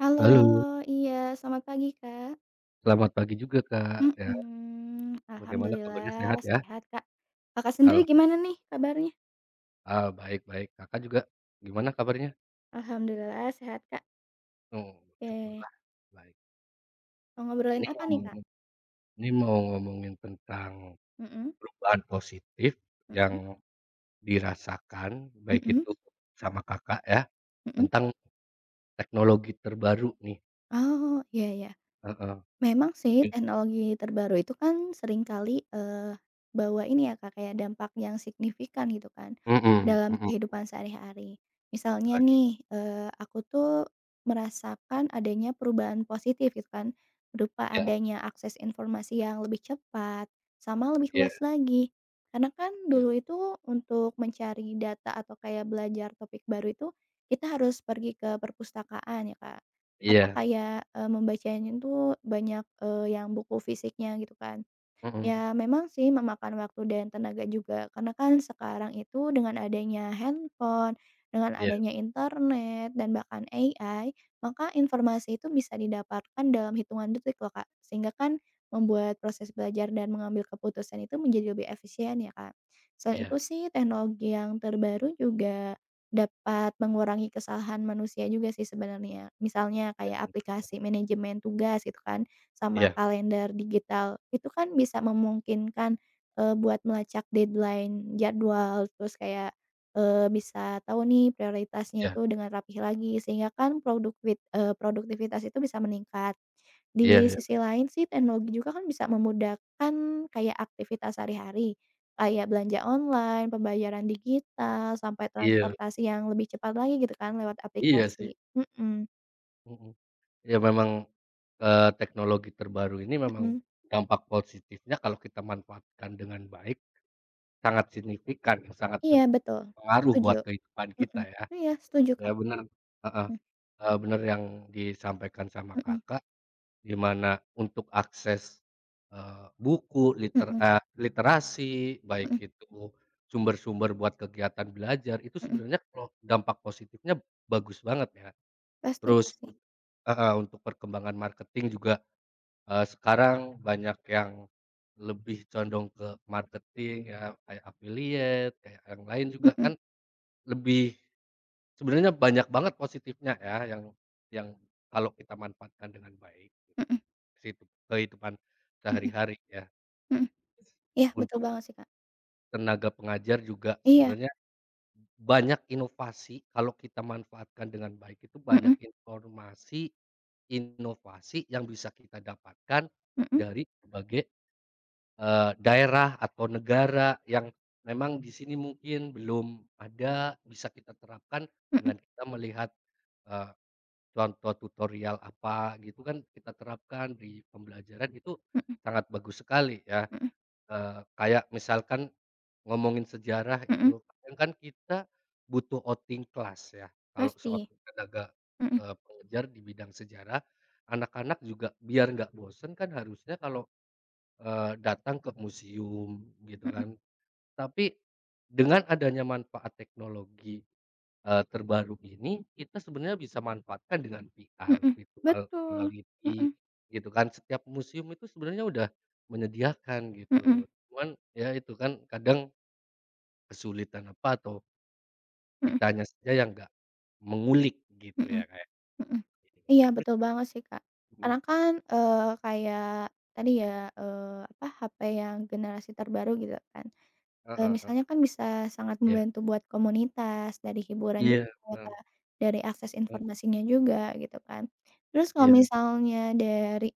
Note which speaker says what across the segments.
Speaker 1: Halo,
Speaker 2: Halo,
Speaker 1: iya, selamat pagi, Kak.
Speaker 2: selamat pagi juga, Kak, ya.
Speaker 1: Mhm,
Speaker 2: Bagaimana kabarnya,
Speaker 1: alhamdulillah
Speaker 2: sehat ya?
Speaker 1: sehat, Kak. Kakak sendiri
Speaker 2: Alham
Speaker 1: gimana nih kabarnya?
Speaker 2: ah Baik baik. Kakak juga gimana kabarnya?
Speaker 1: Alhamdulillah sehat, Kak.
Speaker 2: Oh,
Speaker 1: Oke,
Speaker 2: syukurlah baik.
Speaker 1: mau ngobrolin
Speaker 2: Ini
Speaker 1: apa nih,
Speaker 2: ngomong
Speaker 1: Kak?
Speaker 2: ini mau ngomongin tentang
Speaker 1: Mhm.
Speaker 2: perubahan positif yang
Speaker 1: Mhm.
Speaker 2: dirasakan, baik
Speaker 1: Mhm.
Speaker 2: itu sama Kakak ya,
Speaker 1: Mhm.
Speaker 2: tentang teknologi terbaru nih,
Speaker 1: Oh, iya, iya.
Speaker 2: heeh.
Speaker 1: Memang sih teknologi terbaru itu kan seringkali, bawa ini ya, Kak, kayak dampak yang signifikan gitu kan,
Speaker 2: Mmm, mhm
Speaker 1: dalam
Speaker 2: mhm.
Speaker 1: kehidupan sehari-hari.
Speaker 2: Oh,
Speaker 1: Misalnya
Speaker 2: iya
Speaker 1: nih, aku tuh merasakan adanya perubahan positif gitu kan, berupa
Speaker 2: iya
Speaker 1: adanya akses informasi yang lebih cepat, sama lebih luas
Speaker 2: iya
Speaker 1: lagi. Karena kan
Speaker 2: iya
Speaker 1: dulu itu untuk mencari data atau kayak belajar topik baru itu, kita harus pergi ke perpustakaan ya, Kak. Atau
Speaker 2: iya,
Speaker 1: kayak, membacanya tuh banyak, yang buku fisiknya gitu kan.
Speaker 2: mhm,
Speaker 1: Ya memang sih memakan waktu dan tenaga juga, karena kan sekarang itu dengan adanya handphone, dengan
Speaker 2: iya
Speaker 1: adanya internet dan bahkan AI, maka informasi itu bisa didapatkan dalam hitungan detik loh, Kak, sehingga kan membuat proses belajar dan mengambil keputusan itu menjadi lebih efisien ya, Kak. Selain itu
Speaker 2: iya
Speaker 1: sih teknologi yang terbaru juga dapat mengurangi kesalahan manusia juga sih sebenarnya. Misalnya
Speaker 2: iya,
Speaker 1: kayak
Speaker 2: bener
Speaker 1: aplikasi
Speaker 2: banget.
Speaker 1: manajemen tugas gitu kan sama
Speaker 2: Iya
Speaker 1: kalender digital. Itu kan bisa memungkinkan, buat melacak deadline jadwal, terus kayak, bisa tahu nih prioritasnya
Speaker 2: iya
Speaker 1: itu dengan rapih lagi, sehingga kan produktivitas itu bisa meningkat. Di
Speaker 2: iya iya
Speaker 1: sisi lain sih teknologi juga kan bisa memudahkan kayak aktivitas sehari-hari, kayak belanja online, pembayaran digital, sampai
Speaker 2: iya,
Speaker 1: transportasi yang lebih cepat lagi gitu kan lewat
Speaker 2: iya sih.
Speaker 1: aplikasi. Mhm.
Speaker 2: Mhm. Ya memang, teknologi terbaru ini memang
Speaker 1: Mhm.
Speaker 2: dampak positifnya kalau kita manfaatkan dengan baik sangat signifikan, sangat
Speaker 1: Iya, betul,
Speaker 2: berpengaruh
Speaker 1: setuju.
Speaker 2: buat kehidupan
Speaker 1: Mhm.
Speaker 2: kita ya.
Speaker 1: Iya, setuju,
Speaker 2: Ya
Speaker 1: Kak.
Speaker 2: bener heeh,
Speaker 1: Mhm.
Speaker 2: bener yang disampaikan sama
Speaker 1: Mhm,
Speaker 2: Kakak, di mana untuk akses, buku,
Speaker 1: mhm,
Speaker 2: literasi, baik
Speaker 1: mhm,
Speaker 2: itu sumber-sumber buat kegiatan belajar, itu
Speaker 1: mhm.
Speaker 2: sebenarnya kalau dampak positifnya bagus banget ya.
Speaker 1: Pasti,
Speaker 2: Terus
Speaker 1: pasti.
Speaker 2: heeh, untuk perkembangan marketing juga sekarang banyak yang lebih condong ke marketing ya, kayak affiliate, kayak yang lain juga
Speaker 1: Mhm,
Speaker 2: kan lebih sebenarnya banyak banget positifnya ya, yang kalau kita manfaatkan dengan baik gitu.
Speaker 1: mhm,
Speaker 2: Ke situ kehidupan
Speaker 1: mhm,
Speaker 2: sehari-hari ya.
Speaker 1: mhm. Iya, betul
Speaker 2: Untuk
Speaker 1: banget sih, Kak.
Speaker 2: tenaga pengajar juga
Speaker 1: Iya.
Speaker 2: sebenarnya banyak inovasi kalau kita manfaatkan dengan baik itu
Speaker 1: Mhm,
Speaker 2: banyak informasi, inovasi yang bisa kita dapatkan
Speaker 1: mhm,
Speaker 2: dari berbagai daerah atau negara yang memang di sini mungkin belum ada, bisa kita terapkan
Speaker 1: mhm,
Speaker 2: dengan kita melihat, eee, contoh tutorial apa gitu kan kita terapkan di pembelajaran itu
Speaker 1: mhm,
Speaker 2: sangat bagus sekali ya.
Speaker 1: mhm,
Speaker 2: Kayak misalkan ngomongin sejarah
Speaker 1: mhm.
Speaker 2: itu, kadang kan kita butuh outing kelas ya, kalau
Speaker 1: Pasti.
Speaker 2: seorang tenaga,
Speaker 1: Mhm,
Speaker 2: pengajar di bidang sejarah, anak-anak juga biar nggak bosen kan harusnya kalau datang ke museum gitu
Speaker 1: mhm,
Speaker 2: kan. Tapi dengan adanya manfaat teknologi, terbaru ini, kita sebenarnya bisa manfaatkan dengan VR,
Speaker 1: mhm.
Speaker 2: virtual
Speaker 1: Betul.
Speaker 2: reality
Speaker 1: Mhm,
Speaker 2: gitu kan. Setiap museum itu sebenarnya udah menyediakan
Speaker 1: mhm,
Speaker 2: gitu. Cuman ya itu kan kadang kesulitan apa atau
Speaker 1: mhm,
Speaker 2: kitanya saja yang nggak mengulik gitu
Speaker 1: mhm,
Speaker 2: ya, kayak
Speaker 1: mhm.
Speaker 2: ya.
Speaker 1: Iya,
Speaker 2: Terus
Speaker 1: betul banget sih, Kak.
Speaker 2: mhm,
Speaker 1: Karena kan, kayak tadi ya, apa, HP yang generasi terbaru gitu kan. Eee,
Speaker 2: heeh heeh,
Speaker 1: misalnya kan bisa sangat
Speaker 2: iya.
Speaker 1: membantu buat komunitas, dari hiburan juga
Speaker 2: Iya,
Speaker 1: ya,
Speaker 2: bener,
Speaker 1: Kak, dari akses
Speaker 2: mmm,
Speaker 1: informasinya juga gitu kan. Terus kalau
Speaker 2: iya
Speaker 1: misalnya dari,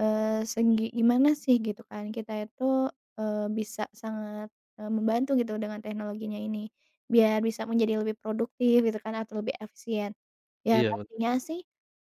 Speaker 1: segi gimana sih gitu kan kita itu, bisa sangat, membantu gitu dengan teknologinya ini, biar bisa menjadi lebih produktif gitu kan atau lebih efisien. Ya
Speaker 2: iya betul,
Speaker 1: pastinya
Speaker 2: Kak.
Speaker 1: sih,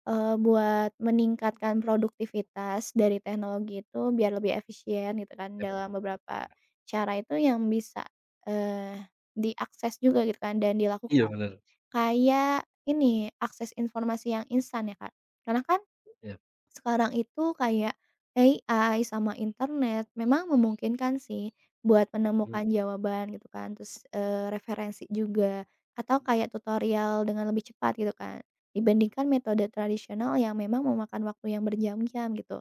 Speaker 1: buat meningkatkan produktivitas dari teknologi itu biar lebih efisien gitu kan
Speaker 2: Iya,
Speaker 1: dalam beberapa
Speaker 2: benar.
Speaker 1: cara itu yang bisa, eee, diakses juga gitu kan dan dilakukan.
Speaker 2: Iya bener,
Speaker 1: Kayak ini, akses informasi yang instan ya, Kak. Karena kan
Speaker 2: iya.
Speaker 1: sekarang itu kayak AI sama internet memang memungkinkan sih buat
Speaker 2: Mmm,
Speaker 1: menemukan jawaban gitu kan, terus, referensi juga atau kayak tutorial dengan lebih cepat gitu kan, dibandingkan metode tradisional yang memang memakan waktu yang berjam-jam gitu.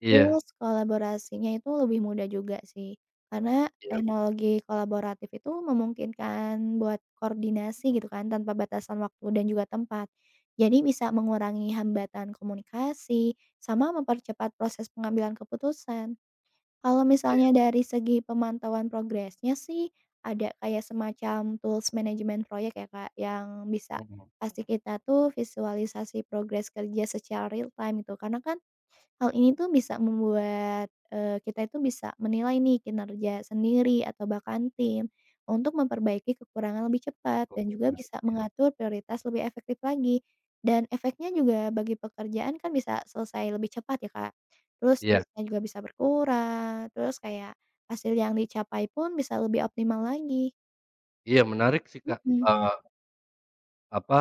Speaker 2: iya
Speaker 1: Terus kolaborasinya itu lebih mudah juga sih, karena
Speaker 2: iya
Speaker 1: teknologi kolaboratif itu memungkinkan buat koordinasi gitu kan, tanpa batasan waktu dan juga tempat. Jadi bisa mengurangi hambatan komunikasi, sama mempercepat proses pengambilan keputusan. Kalau
Speaker 2: iya,
Speaker 1: misalnya dari segi pemantauan progresnya sih, ada kayak semacam tools manajemen proyek ya, Kak, yang bisa
Speaker 2: mhm,
Speaker 1: kasih kita tuh visualisasi progres kerja secara real time itu karena kan hal ini tuh bisa membuat, kita itu bisa menilai nih kinerja sendiri atau bahkan tim untuk memperbaiki kekurangan lebih cepat dan
Speaker 2: betul
Speaker 1: juga
Speaker 2: banget,
Speaker 1: bisa
Speaker 2: iya
Speaker 1: mengatur prioritas lebih efektif lagi. Dan efeknya juga bagi pekerjaan kan bisa selesai lebih cepat ya, Kak. Terus
Speaker 2: iya
Speaker 1: terusnya juga bisa berkurang, terus kayak hasil yang dicapai pun bisa lebih optimal lagi.
Speaker 2: iya menarik sih Kak,
Speaker 1: Mhm.
Speaker 2: eee, apa,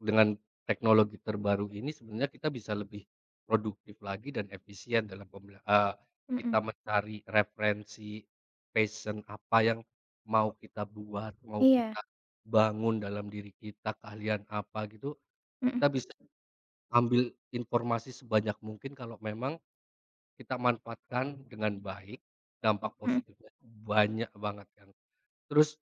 Speaker 2: dengan teknologi terbaru ini sebenarnya kita bisa lebih produktif lagi dan efisien dalam
Speaker 1: Mhm.
Speaker 2: kita mencari referensi passion apa yang mau kita buat, mau
Speaker 1: Iya.
Speaker 2: kita bangun dalam diri kita, keahlian apa gitu,
Speaker 1: Mhm,
Speaker 2: kita bisa ambil informasi sebanyak mungkin kalau memang kita manfaatkan dengan baik, dampak
Speaker 1: mhm,
Speaker 2: positifnya banyak banget kan. Terus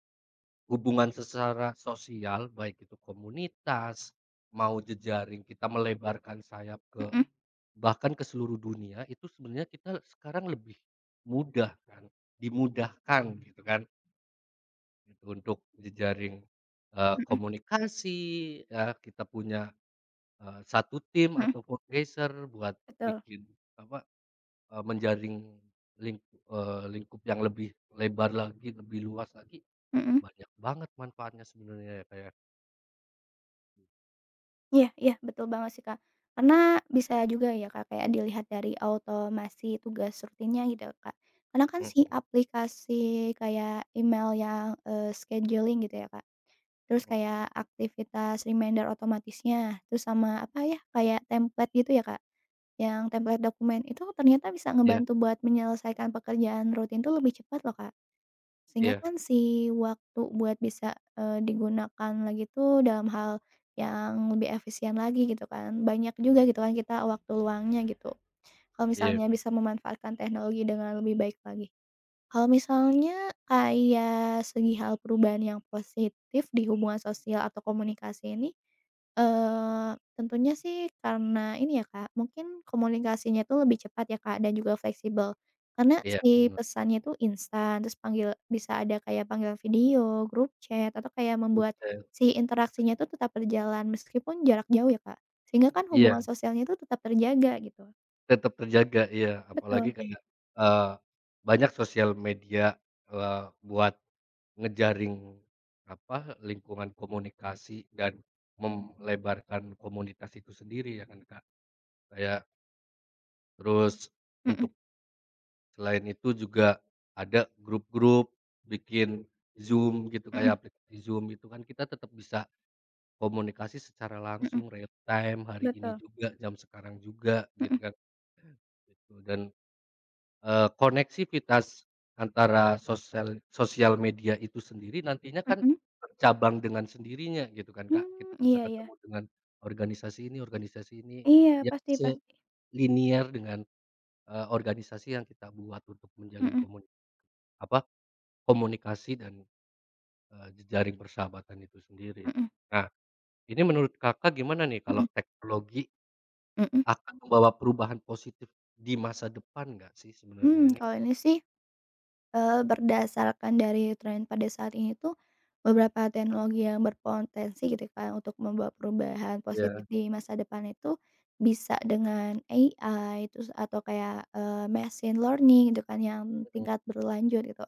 Speaker 2: hubungan secara sosial, baik itu komunitas, mau jejaring kita melebarkan sayap ke
Speaker 1: mhm,
Speaker 2: bahkan ke seluruh dunia, itu sebenarnya kita sekarang lebih mudah kan, dimudahkan gitu kan, gitu, untuk jejaring,
Speaker 1: mhm,
Speaker 2: komunikasi, ya kita punya, satu tim
Speaker 1: mhm.
Speaker 2: atau fundraiser buat
Speaker 1: Betul.
Speaker 2: bikin apa menjaring ling lingkup yang lebih lebar lagi, lebih luas lagi,
Speaker 1: Mhm.
Speaker 2: banyak banget manfaatnya sebenarnya ya, Kak, ya.
Speaker 1: Iya, iya, betul banget sih, Kak. Karena bisa juga ya, Kak, kayak dilihat dari automasi tugas rutinnya gitu, Kak. Karena kan si
Speaker 2: Mhm
Speaker 1: aplikasi kayak email yang, scheduling gitu ya, Kak, terus
Speaker 2: mhm.
Speaker 1: kayak aktivitas reminder otomatisnya, terus sama apa ya, kayak template gitu ya, Kak, yang template dokumen itu ternyata bisa
Speaker 2: Iya
Speaker 1: ngebantu buat menyelesaikan pekerjaan rutin tuh lebih cepat loh, Kak. Sehingga
Speaker 2: iya
Speaker 1: kan si waktu buat bisa, digunakan lagi tuh dalam hal yang lebih efisien lagi gitu kan, banyak juga gitu kan kita waktu luangnya gitu, kalau
Speaker 2: iya
Speaker 1: misalnya bisa memanfaatkan teknologi dengan lebih baik lagi. Kalau misalnya kayak segi hal perubahan yang positif di hubungan sosial atau komunikasi ini, tentunya sih karena ini ya, Kak, mungkin komunikasinya itu lebih cepat ya, Kak, dan juga fleksibel. Karena
Speaker 2: iya,
Speaker 1: si
Speaker 2: bener
Speaker 1: pesannya itu instan, terus panggil bisa ada kayak panggilan video, grup chat, atau kayak membuat
Speaker 2: juga.
Speaker 1: si interaksinya itu tetap berjalan meskipun jarak jauh ya, Kak. Sehingga kan hubungan
Speaker 2: Iya,
Speaker 1: sosialnya itu tetap terjaga gitu.
Speaker 2: tetap terjaga, iya.
Speaker 1: Betul.
Speaker 2: Apalagi kayak, eee, banyak sosial media, eee, buat ngejaring, apa, lingkungan komunikasi dan melebarkan komunitas itu sendiri ya kan, Kak. Kayak terus
Speaker 1: Mhm,
Speaker 2: untuk selain itu juga ada grup-grup, bikin Zoom gitu,
Speaker 1: mhm,
Speaker 2: kayak aplikasi Zoom itu kan kita tetap bisa komunikasi secara
Speaker 1: mhm, mhm.
Speaker 2: langsung real time hari ini
Speaker 1: Betul.
Speaker 2: juga, jam sekarang juga gitu
Speaker 1: Mhm,
Speaker 2: kan, gitu. Dan, koneksivitas antara sosial sosial media itu sendiri nantinya kan
Speaker 1: mhm.
Speaker 2: bercabang dengan sendirinya gitu kan, Kak. Kita
Speaker 1: Mmm,
Speaker 2: bisa
Speaker 1: iya, iya.
Speaker 2: ketemu dengan organisasi ini
Speaker 1: Iya,
Speaker 2: yang
Speaker 1: pasti, pasti.
Speaker 2: selinier dengan, organisasi yang kita buat untuk menjalin
Speaker 1: Mhm,
Speaker 2: komunikasi apa, komunikasi dan, jejaring persahabatan itu sendiri.
Speaker 1: mhm,
Speaker 2: Nah, ini menurut Kakak gimana nih kalau
Speaker 1: mhm,
Speaker 2: teknologi
Speaker 1: mhm.
Speaker 2: akan membawa perubahan positif di masa depan nggak sih
Speaker 1: Mmm,
Speaker 2: sebenarnya nih?
Speaker 1: kalau ini sih, berdasarkan dari tren pada saat ini tuh, beberapa teknologi yang berpotensi gitu kan untuk membawa perubahan positif
Speaker 2: Iya.
Speaker 1: di masa depan itu, bisa dengan AI terus atau kayak, machine learning gitu kan yang
Speaker 2: Mhm,
Speaker 1: tingkat berlanjut gitu.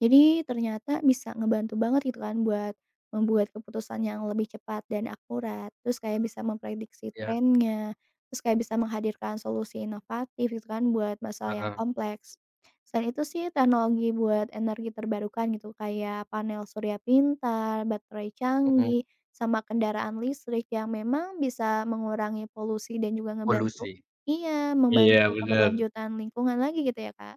Speaker 1: Jadi ternyata bisa ngebantu banget gitu kan buat membuat keputusan yang lebih cepat dan akurat, terus kayak bisa memprediksi
Speaker 2: iya,
Speaker 1: trennya, terus kayak bisa menghadirkan solusi inovatif gitu kan buat masalah yang
Speaker 2: heeh,
Speaker 1: kompleks. Selain itu sih teknologi buat energi terbarukan gitu kayak panel surya pintar, baterai
Speaker 2: mhm,
Speaker 1: canggih, sama kendaraan listrik yang memang bisa mengurangi polusi dan juga ngebantu,
Speaker 2: polusi.
Speaker 1: iya,
Speaker 2: Iya,
Speaker 1: membantu
Speaker 2: benar.
Speaker 1: keberlanjutan lingkungan lagi gitu ya, Kak.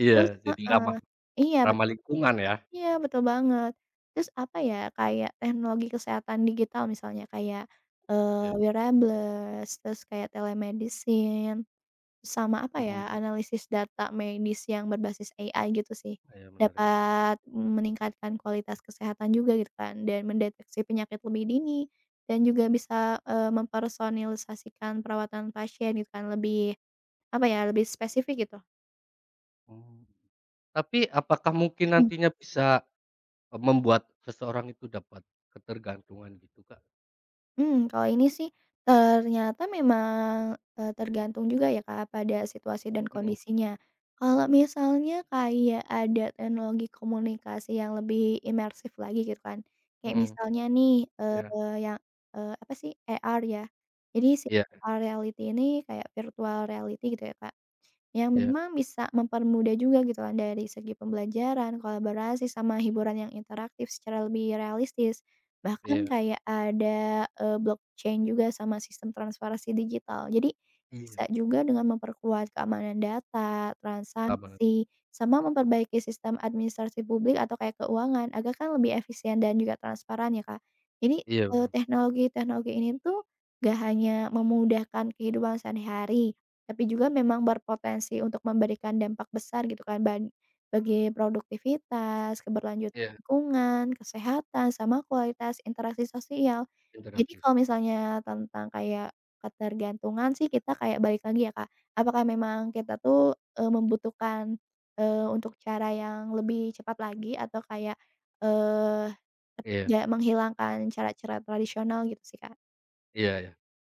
Speaker 2: Iya,
Speaker 1: Terus
Speaker 2: jadi
Speaker 1: heeh,
Speaker 2: ramah
Speaker 1: iya,
Speaker 2: ramah
Speaker 1: betul.
Speaker 2: lingkungan ya?
Speaker 1: Iya, betul banget. Terus apa ya, kayak teknologi kesehatan digital misalnya kayak,
Speaker 2: Iya,
Speaker 1: wearables, terus kayak telemedicine, sama apa
Speaker 2: mhm,
Speaker 1: ya, analisis data medis yang berbasis AI gitu sih,
Speaker 2: iya menarik.
Speaker 1: dapat meningkatkan kualitas kesehatan juga gitu kan, dan mendeteksi penyakit lebih dini, dan juga bisa, mempersonalisasikan perawatan pasien gitu kan, lebih apa ya, lebih spesifik gitu.
Speaker 2: Mmm, tapi apakah mungkin nantinya bisa, membuat seseorang itu dapat ketergantungan gitu, Kak?
Speaker 1: Hmm, kalau ini sih ternyata memang, tergantung juga ya, Kak, pada situasi dan
Speaker 2: Mhm
Speaker 1: kondisinya. Kalau misalnya kayak ada teknologi komunikasi yang lebih imersif lagi gitu kan, kayak
Speaker 2: mhm,
Speaker 1: misalnya nih,
Speaker 2: iya
Speaker 1: yang, apa sih, AR ya. Jadi si
Speaker 2: iya
Speaker 1: AR reality ini kayak virtual reality gitu ya, Kak. Yang
Speaker 2: iya
Speaker 1: memang bisa mempermudah juga gitu kan dari segi pembelajaran, kolaborasi, sama hiburan yang interaktif secara lebih realistis. Bahkan
Speaker 2: iya
Speaker 1: kayak ada, blockchain juga sama sistem transparansi digital. Jadi
Speaker 2: iya.
Speaker 1: bisa juga dengan memperkuat keamanan data,
Speaker 2: Paham banget.
Speaker 1: transaksi, sama memperbaiki sistem administrasi publik atau kayak keuangan agar kan lebih efisien dan juga transparan ya, Kak. Jadi,
Speaker 2: Iya bener.
Speaker 1: teknologi-teknologi ini tuh gak hanya memudahkan kehidupan sehari-hari tapi juga memang berpotensi untuk memberikan dampak besar gitu kan bagi produktivitas, keberlanjutan
Speaker 2: Iya,
Speaker 1: lingkungan, kesehatan, sama kualitas interaksi sosial. Jadi
Speaker 2: interaksi
Speaker 1: kalau
Speaker 2: sosial.
Speaker 1: misalnya tentang kayak ketergantungan sih kita kayak balik lagi ya, Kak, apakah memang kita tuh, membutuhkan, untuk cara yang lebih cepat lagi atau kayak, eee,
Speaker 2: Iya
Speaker 1: ja menghilangkan cara-cara tradisional gitu sih, Kak.
Speaker 2: iya iya.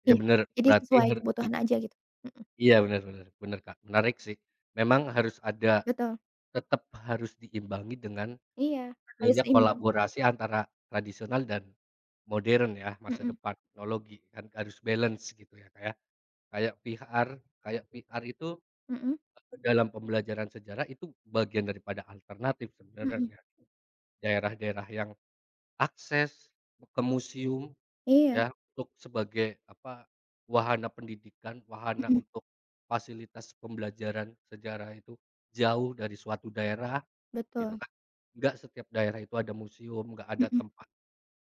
Speaker 2: Iya
Speaker 1: Iya,
Speaker 2: bener,
Speaker 1: jadi
Speaker 2: berarti
Speaker 1: sesuai
Speaker 2: har i
Speaker 1: kebutuhan aja gitu. Mhm,
Speaker 2: iya bener bener bener, Kak, menarik sih. Memang harus ada
Speaker 1: betul.
Speaker 2: tetap harus diimbangi dengan
Speaker 1: Iya, harus
Speaker 2: adanya
Speaker 1: seimbang,
Speaker 2: kolaborasi antara tradisional dan modern ya, masa
Speaker 1: mhm,
Speaker 2: depan teknologi kan harus balance gitu ya, Kak, ya. Kayak VR, kayak VR itu,
Speaker 1: mhm,
Speaker 2: dalam pembelajaran sejarah itu bagian daripada alternatif
Speaker 1: mhm,
Speaker 2: sebenarnya. Daerah-daerah yang akses ke museum.
Speaker 1: iya,
Speaker 2: Ya, untuk sebagai, apa, wahana pendidikan, wahana
Speaker 1: mhm,
Speaker 2: untuk fasilitas pembelajaran sejarah itu jauh dari suatu daerah, gitu
Speaker 1: betul,
Speaker 2: kan. Nggak setiap daerah itu ada museum, nggak ada
Speaker 1: mhm,
Speaker 2: tempat,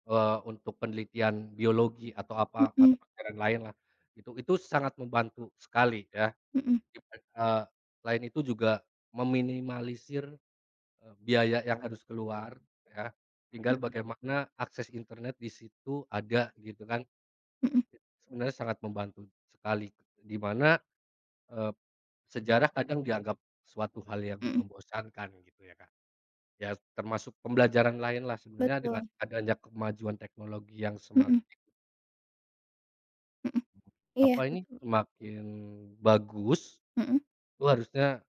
Speaker 2: untuk penelitian biologi atau apa, mata
Speaker 1: mhm,
Speaker 2: pelajaran lain lah itu sangat membantu sekali ya,
Speaker 1: mhm,
Speaker 2: diban eee, selain itu juga meminimalisir, biaya yang harus keluar, ya, tinggal bagaimana akses internet di situ ada, gitu kan.
Speaker 1: mhm,
Speaker 2: Sebenarnya sangat membantu sekali, di mana, eee, sejarah kadang dianggap suatu hal yang
Speaker 1: mhm,
Speaker 2: membosankan gitu ya, Kak. Ya termasuk pembelajaran lain lah sebenarnya dengan
Speaker 1: betul,
Speaker 2: adanya kemajuan teknologi yang
Speaker 1: mhm, mhm, iya,
Speaker 2: apa ini,
Speaker 1: betul,
Speaker 2: semakin bagus,
Speaker 1: mhm,
Speaker 2: itu harusnya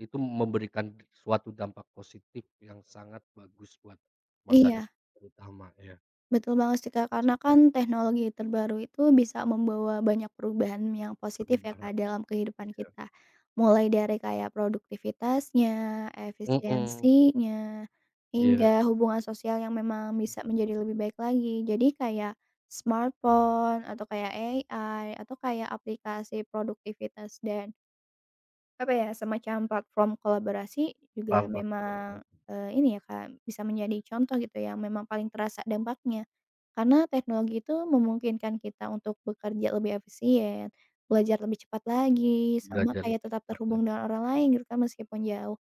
Speaker 2: itu memberikan suatu dampak positif yang sangat bagus buat masa
Speaker 1: iya.
Speaker 2: depan terutama ya,
Speaker 1: Betul banget sih, Kak, karena
Speaker 2: khususnya
Speaker 1: kan teknologi terbaru itu bisa membawa banyak perubahan yang positif ya, Kak,
Speaker 2: perubahan.
Speaker 1: dalam kehidupan kita. Mulai dari kayak produktivitasnya,
Speaker 2: Mhm,
Speaker 1: efisiensinya,
Speaker 2: iya.
Speaker 1: hingga hubungan sosial yang memang bisa menjadi lebih baik lagi. Jadi kayak smartphone atau kayak AI atau kayak aplikasi produktivitas dan apa ya, semacam platform kolaborasi juga
Speaker 2: Paham paham paham
Speaker 1: memang,
Speaker 2: paham.
Speaker 1: ini ya, Kak, bisa menjadi contoh gitu yang memang paling terasa dampaknya. Karena teknologi itu memungkinkan kita untuk bekerja lebih efisien, belajar lebih cepat lagi, sama
Speaker 2: Belajar
Speaker 1: kayak
Speaker 2: lebih
Speaker 1: tetap
Speaker 2: cepat
Speaker 1: terhubung
Speaker 2: lagi,
Speaker 1: dengan orang lain gitu kan meskipun jauh.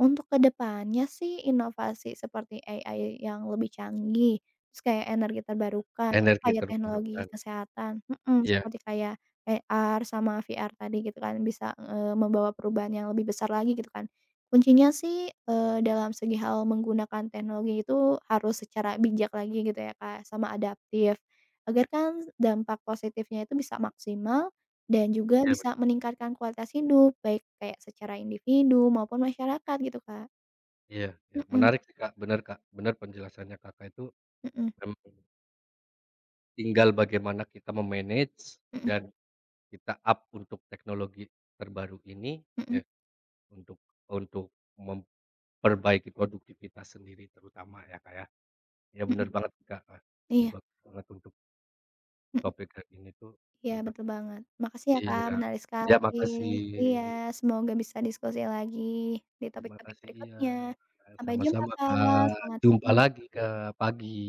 Speaker 1: Untuk kedepannya sih inovasi seperti AI yang lebih canggih, terus kayak energi terbarukan, atau
Speaker 2: energi
Speaker 1: kayak teknologi
Speaker 2: terbarukan.
Speaker 1: kesehatan
Speaker 2: Iya
Speaker 1: seperti kayak AR sama VR tadi gitu kan bisa, membawa perubahan yang lebih besar lagi gitu kan. Kuncinya sih, dalam segi hal menggunakan teknologi itu harus secara bijak lagi gitu ya, Kak, sama adaptif, agar kan dampak positifnya itu bisa maksimal dan juga
Speaker 2: iya
Speaker 1: bisa
Speaker 2: bener,
Speaker 1: meningkatkan kualitas hidup, baik kayak secara individu maupun masyarakat gitu, Kak.
Speaker 2: iya iya,
Speaker 1: Mhm,
Speaker 2: menarik sih, Kak, bener penjelasannya Kakak itu,
Speaker 1: mhm,
Speaker 2: memang tinggal bagaimana kita me-manage
Speaker 1: mhm,
Speaker 2: dan kita up untuk teknologi terbaru ini,
Speaker 1: mhm,
Speaker 2: ya untuk untuk memperbaiki produktivitas sendiri terutama ya, Kak, ya. Iya
Speaker 1: mhm.
Speaker 2: bener banget Kak, ah, ini
Speaker 1: Iya,
Speaker 2: bagus banget untuk
Speaker 1: mhm.
Speaker 2: topik hari ini tuh
Speaker 1: Iya,
Speaker 2: tentang
Speaker 1: betul banget. Makasih ya, Kak,
Speaker 2: iya,
Speaker 1: menarik
Speaker 2: iya
Speaker 1: sekali.
Speaker 2: makasih
Speaker 1: Iya, semoga bisa diskusi lagi di topik-topik
Speaker 2: makasih, iya,
Speaker 1: berikutnya. Sampai jumpa,
Speaker 2: sama-sama,
Speaker 1: Kak.
Speaker 2: Kak,
Speaker 1: Selamat
Speaker 2: jumpa
Speaker 1: pagi.
Speaker 2: lagi, Kak, pagi.